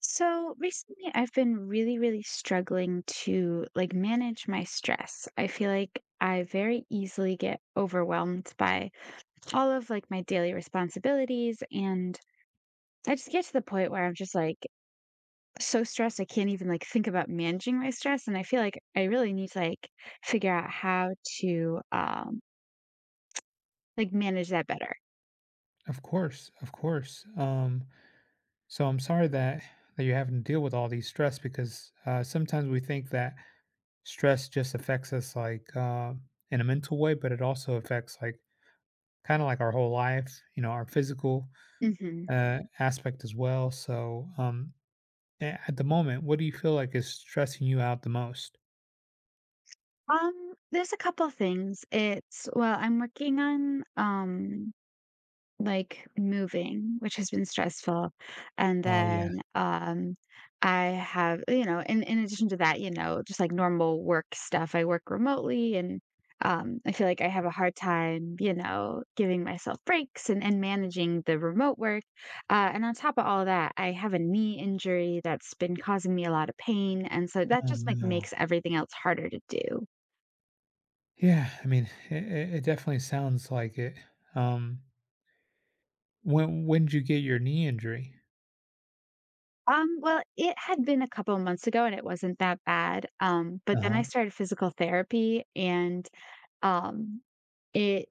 So recently I've been really, really struggling to like manage my stress. I feel like I very easily get overwhelmed by all of like my daily responsibilities, and I just get to the point where I'm just like so stressed I can't even like think about managing my stress. And I feel like I really need to like figure out how to like manage that better. Of course, of course. So I'm sorry that you're having to deal with all these stress because sometimes we think that stress just affects us like in a mental way, but it also affects like kind of like our whole life, you know, our physical Mhm. Aspect as well. So at the moment, what do you feel like is stressing you out the most? There's a couple things. It's Well, I'm working on like, moving, which has been stressful. And Oh yeah. then, I have in addition to that, just, like, normal work stuff. I work remotely, and, I feel like I have a hard time, giving myself breaks and managing the remote work, and on top of all that, I have a knee injury that's been causing me a lot of pain, and so that Oh just, like, no. makes everything else harder to do. Yeah. I mean, it it definitely sounds like it. Um, when when did you get your knee injury? Well, it had been a couple months ago, and it wasn't that bad. But Uh then I huh. started physical therapy, and um it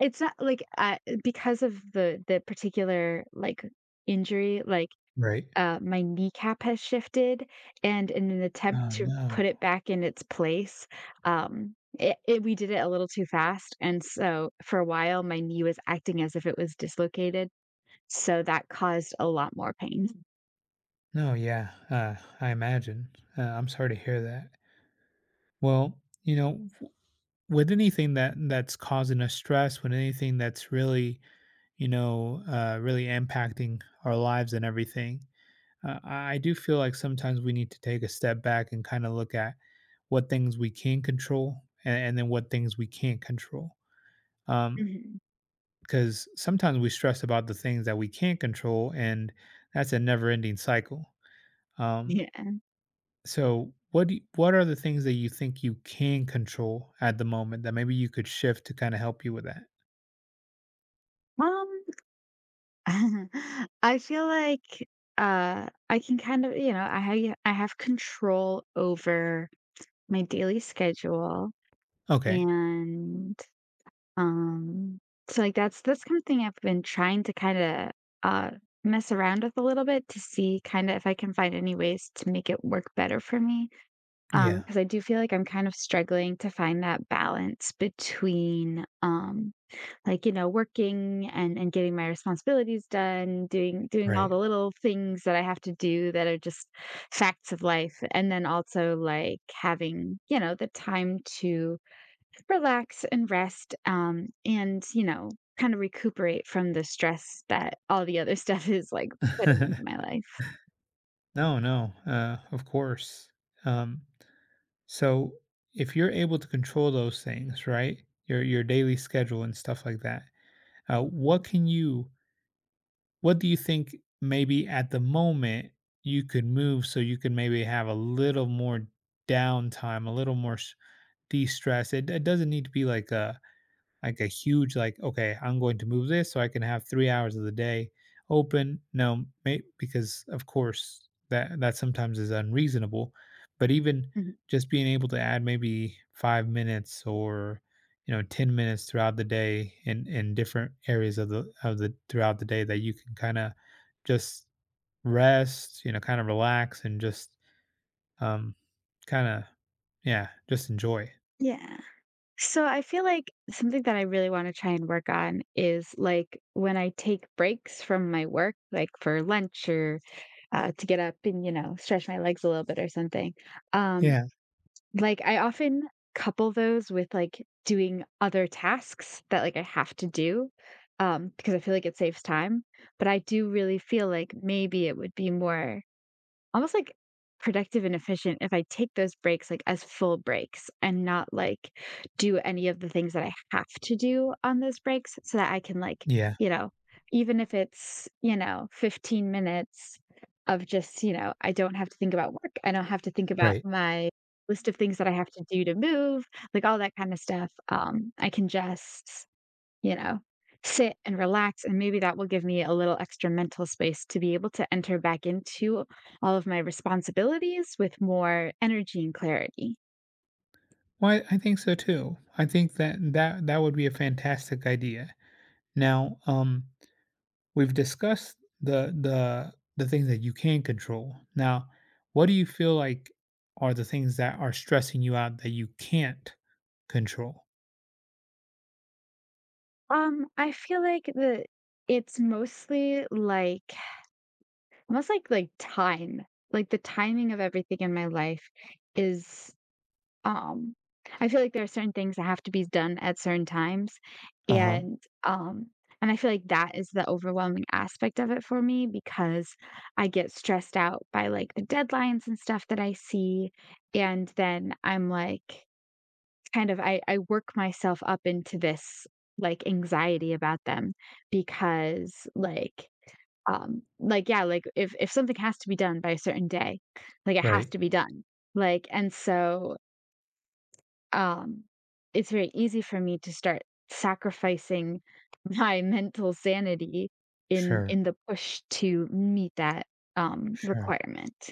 it's not like I because of the particular like injury, like Right. My kneecap has shifted. And in an attempt Oh, to put no. it back in its place, it, it we did it a little too fast, and so for a while my knee was acting as if it was dislocated. So that caused a lot more pain. No, yeah, I imagine. I'm sorry to hear that. Well, you know, with anything that that's causing us stress, with anything that's really, you know, really impacting our lives and everything, I do feel like sometimes we need to take a step back and kind of look at what things we can control and then what things we can't control. Um, Mhm. because sometimes we stress about the things that we can't control, and that's a never-ending cycle. Um, Yeah. So what do you, what are the things that you think you can control at the moment that maybe you could shift to kind of help you with that? Um I feel like, I can kind of I have control over my daily schedule. Okay. And, um, so, like, that's something I've been trying to kinda, uh, mess around with a little bit to see kinda if I can find any ways to make it work better for me. Yeah. Because I do feel like I'm kind of struggling to find that balance between, like, working and getting my responsibilities done, doing all Right. the little things that I have to do that are just facts of life. And then also like having, the time to relax and rest, and, kind of recuperate from the stress that all the other stuff is like putting into my life. No, no. Of course. Um, so if you're able to control those things, right, your daily schedule and stuff like that, what can you What do you think maybe at the moment you could move so you could maybe have a little more downtime, a little more de-stress? It doesn't need to be like a huge like okay, I'm going to move this so I can have 3 hours of the day open no may, because of course that sometimes is unreasonable but even Mhm. just being able to add maybe 5 minutes or you know 10 minutes throughout the day in different areas of the throughout the day that you can kind of just rest, you know, kind of relax and just um kind of yeah just enjoy Yeah. So I feel like something that I really want to try and work on is like when I take breaks from my work, like for lunch or to get up and, stretch my legs a little bit or something. Um, yeah like I often couple those with like doing other tasks that like I have to do, because I feel like it saves time. But I do really feel like maybe it would be more almost, like, productive and efficient if I take those breaks, like, as full breaks and not, like, do any of the things that I have to do on those breaks so that I can, like, yeah you know, even if it's, 15 minutes of just, I don't have to think about work, I don't have to think about right. my list of things that I have to do to move, like, all that kinda stuff. I can just you know, sit and relax. And maybe that will give me a little extra mental space to be able to enter back into all of my responsibilities with more energy and clarity. Well, I think so too. I think that that would be a fantastic idea. Now, we've discussed the things that you can control. Now, what do you feel like are the things that are stressing you out that you can't control? I feel like the it's mostly like almost like time. Like the timing of everything in my life is. Um, I feel like there are certain things that have to be done at certain times, Uh huh. and, um and I feel like that is the overwhelming aspect of it for me because I get stressed out by, like, the deadlines and stuff that I see. And then I'm, like, kind of I work myself up into this, like, anxiety about them because, like, yeah, like, if something has to be done by a certain day, like, it has Right. to be done, like, and so um, it's very easy for me to start sacrificing my mental sanity in Sure. in the push to meet that, Sure. requirement.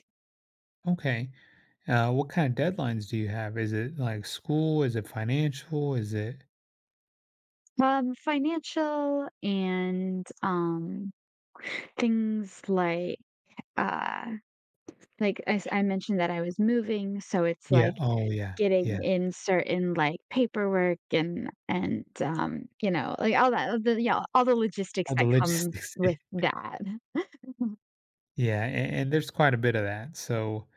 Okay. What kind of deadlines do you have? Is it like school? Is it financial? Is it Financial, and things like, uh, like I mentioned that I was moving, so it's Yeah. like Oh, yeah. Yeah. getting in certain like paperwork and like all that yeah, all the logistics Oh, the that comes logistics. with that. Yeah. And there's quite a bit of that. So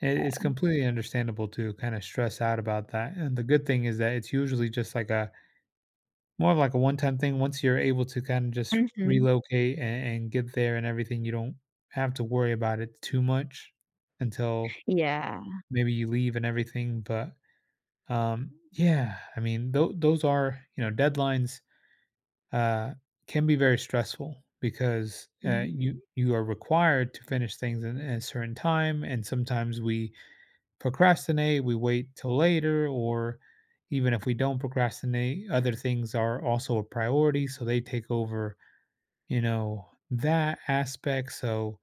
it's completely understandable to kind of stress out about that. And the good thing is that it's usually just like a more of like a one time thing. Once you're able to kind of just Mhm. relocate and get there and everything, you don't have to worry about it too much until Yeah. maybe you leave and everything. But yeah, I mean, tho those are, you know, deadlines, uh, can be very stressful because, Mhm, you you are required to finish things in a certain time, and sometimes we procrastinate, we wait till later, or even if we don't procrastinate, other things are also a priority, so they take over, you know, that aspect. So,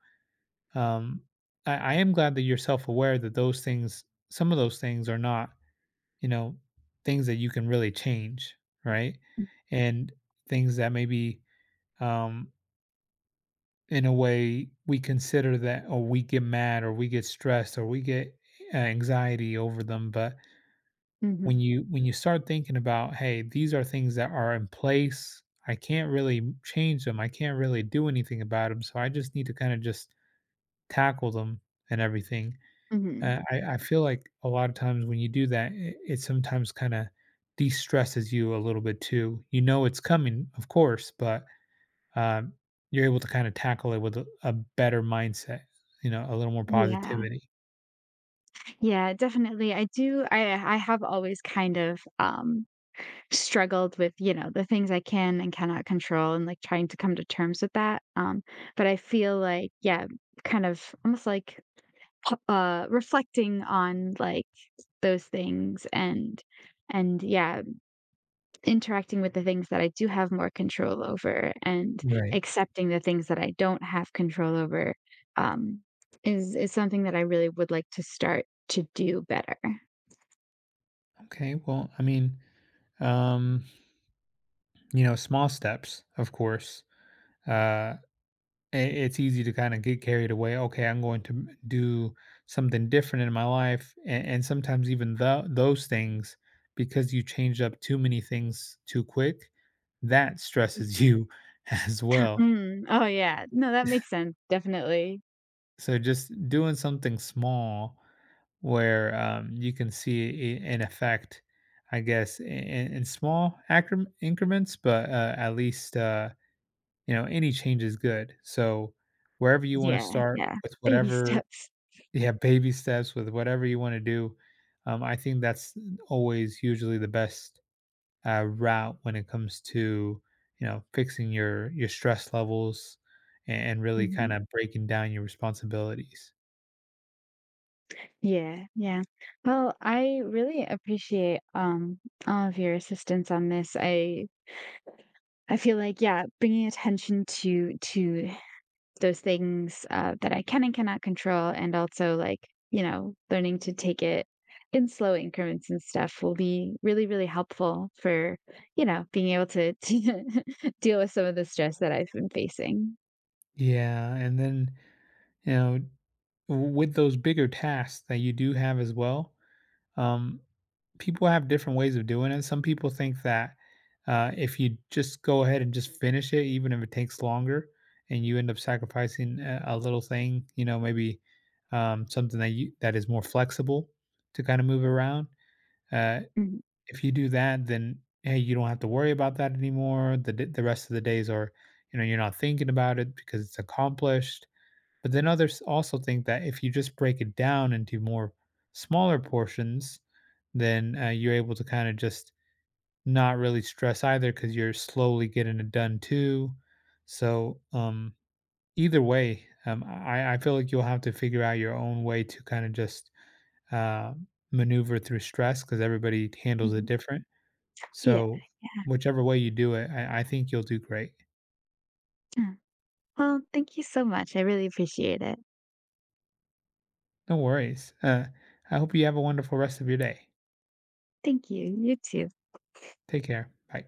um, I am glad that you're self-aware that those things, some of those things, are not, you know, things that you can really change, right? And things that maybe um in a way we consider that or we get mad or we get stressed or we get anxiety over them but mhm, when you start thinking about, hey, these are things that are in place, I can't really change them, I can't really do anything about them, so I just need to kind of just tackle them and everything. mhm. I feel like a lot of times when you do that, it sometimes kinda de-stresses you a little bit too. You know it's coming, of course, but, um, you're able to kinda tackle it with a better mindset, you know, a little more Yeah, positivity. yeah, definitely. I do I have always kind of, struggled with, the things I can and cannot control and, like, trying to come to terms with that, but I feel like, yeah, kind of almost like, reflecting on, like, those things and yeah, interacting with the things that I do have more control over, and Right. accepting the things that I don't have control over, um, is something that I really would like to start to do better. Okay, well, I mean, um, you know, small steps, of course. Uh it's easy to kind of get carried away. Okay, I'm going to do something different in my life, and sometimes even those things, because you change up too many things too quick, that stresses you as well. Mm, oh yeah, no, that makes sense. Definitely. So just doing something small where you can see an effect, I guess, in small increments, but at least you know, any change is good. So wherever you want Yeah, to start yeah. with Baby whatever steps. Yeah, baby steps with whatever you wanna do. I think that's always usually the best, route when it comes to, you know, fixing your stress levels and really Mhm. kinda breaking down your responsibilities. Yeah, yeah. Well, I really appreciate all of your assistance on this. I feel like, yeah, bringing attention to those things, that I can and cannot control, and also like learning to take it in slow increments and stuff will be really, really helpful for being able to, to deal with some of the stress that I've been facing. Yeah, and then, you know, with those bigger tasks that you do have as well, Um, people have different ways of doing it. Some people think that if you just go ahead and just finish it, even if it takes longer, and you end up sacrificing a little thing, you know, maybe something that you that is more flexible to kind of move around. Uh, Mhm. if you do that, then hey, you don't have to worry about that anymore. The the rest of the days are, you know, you're not thinking about it because it's accomplished. But then others also think that if you just break it down into more smaller portions, then you're able to kind of just not really stress either because you're slowly getting it done too. So either way, I feel like you'll have to figure out your own way to kind of just uh, maneuver through stress because everybody handles it Mhm. different. Yeah. So whichever way you do it, I think you'll do great. Yeah. Well, thank you so much. I really appreciate it. No worries. I hope you have a wonderful rest of your day. Thank you. You too. Take care. Bye.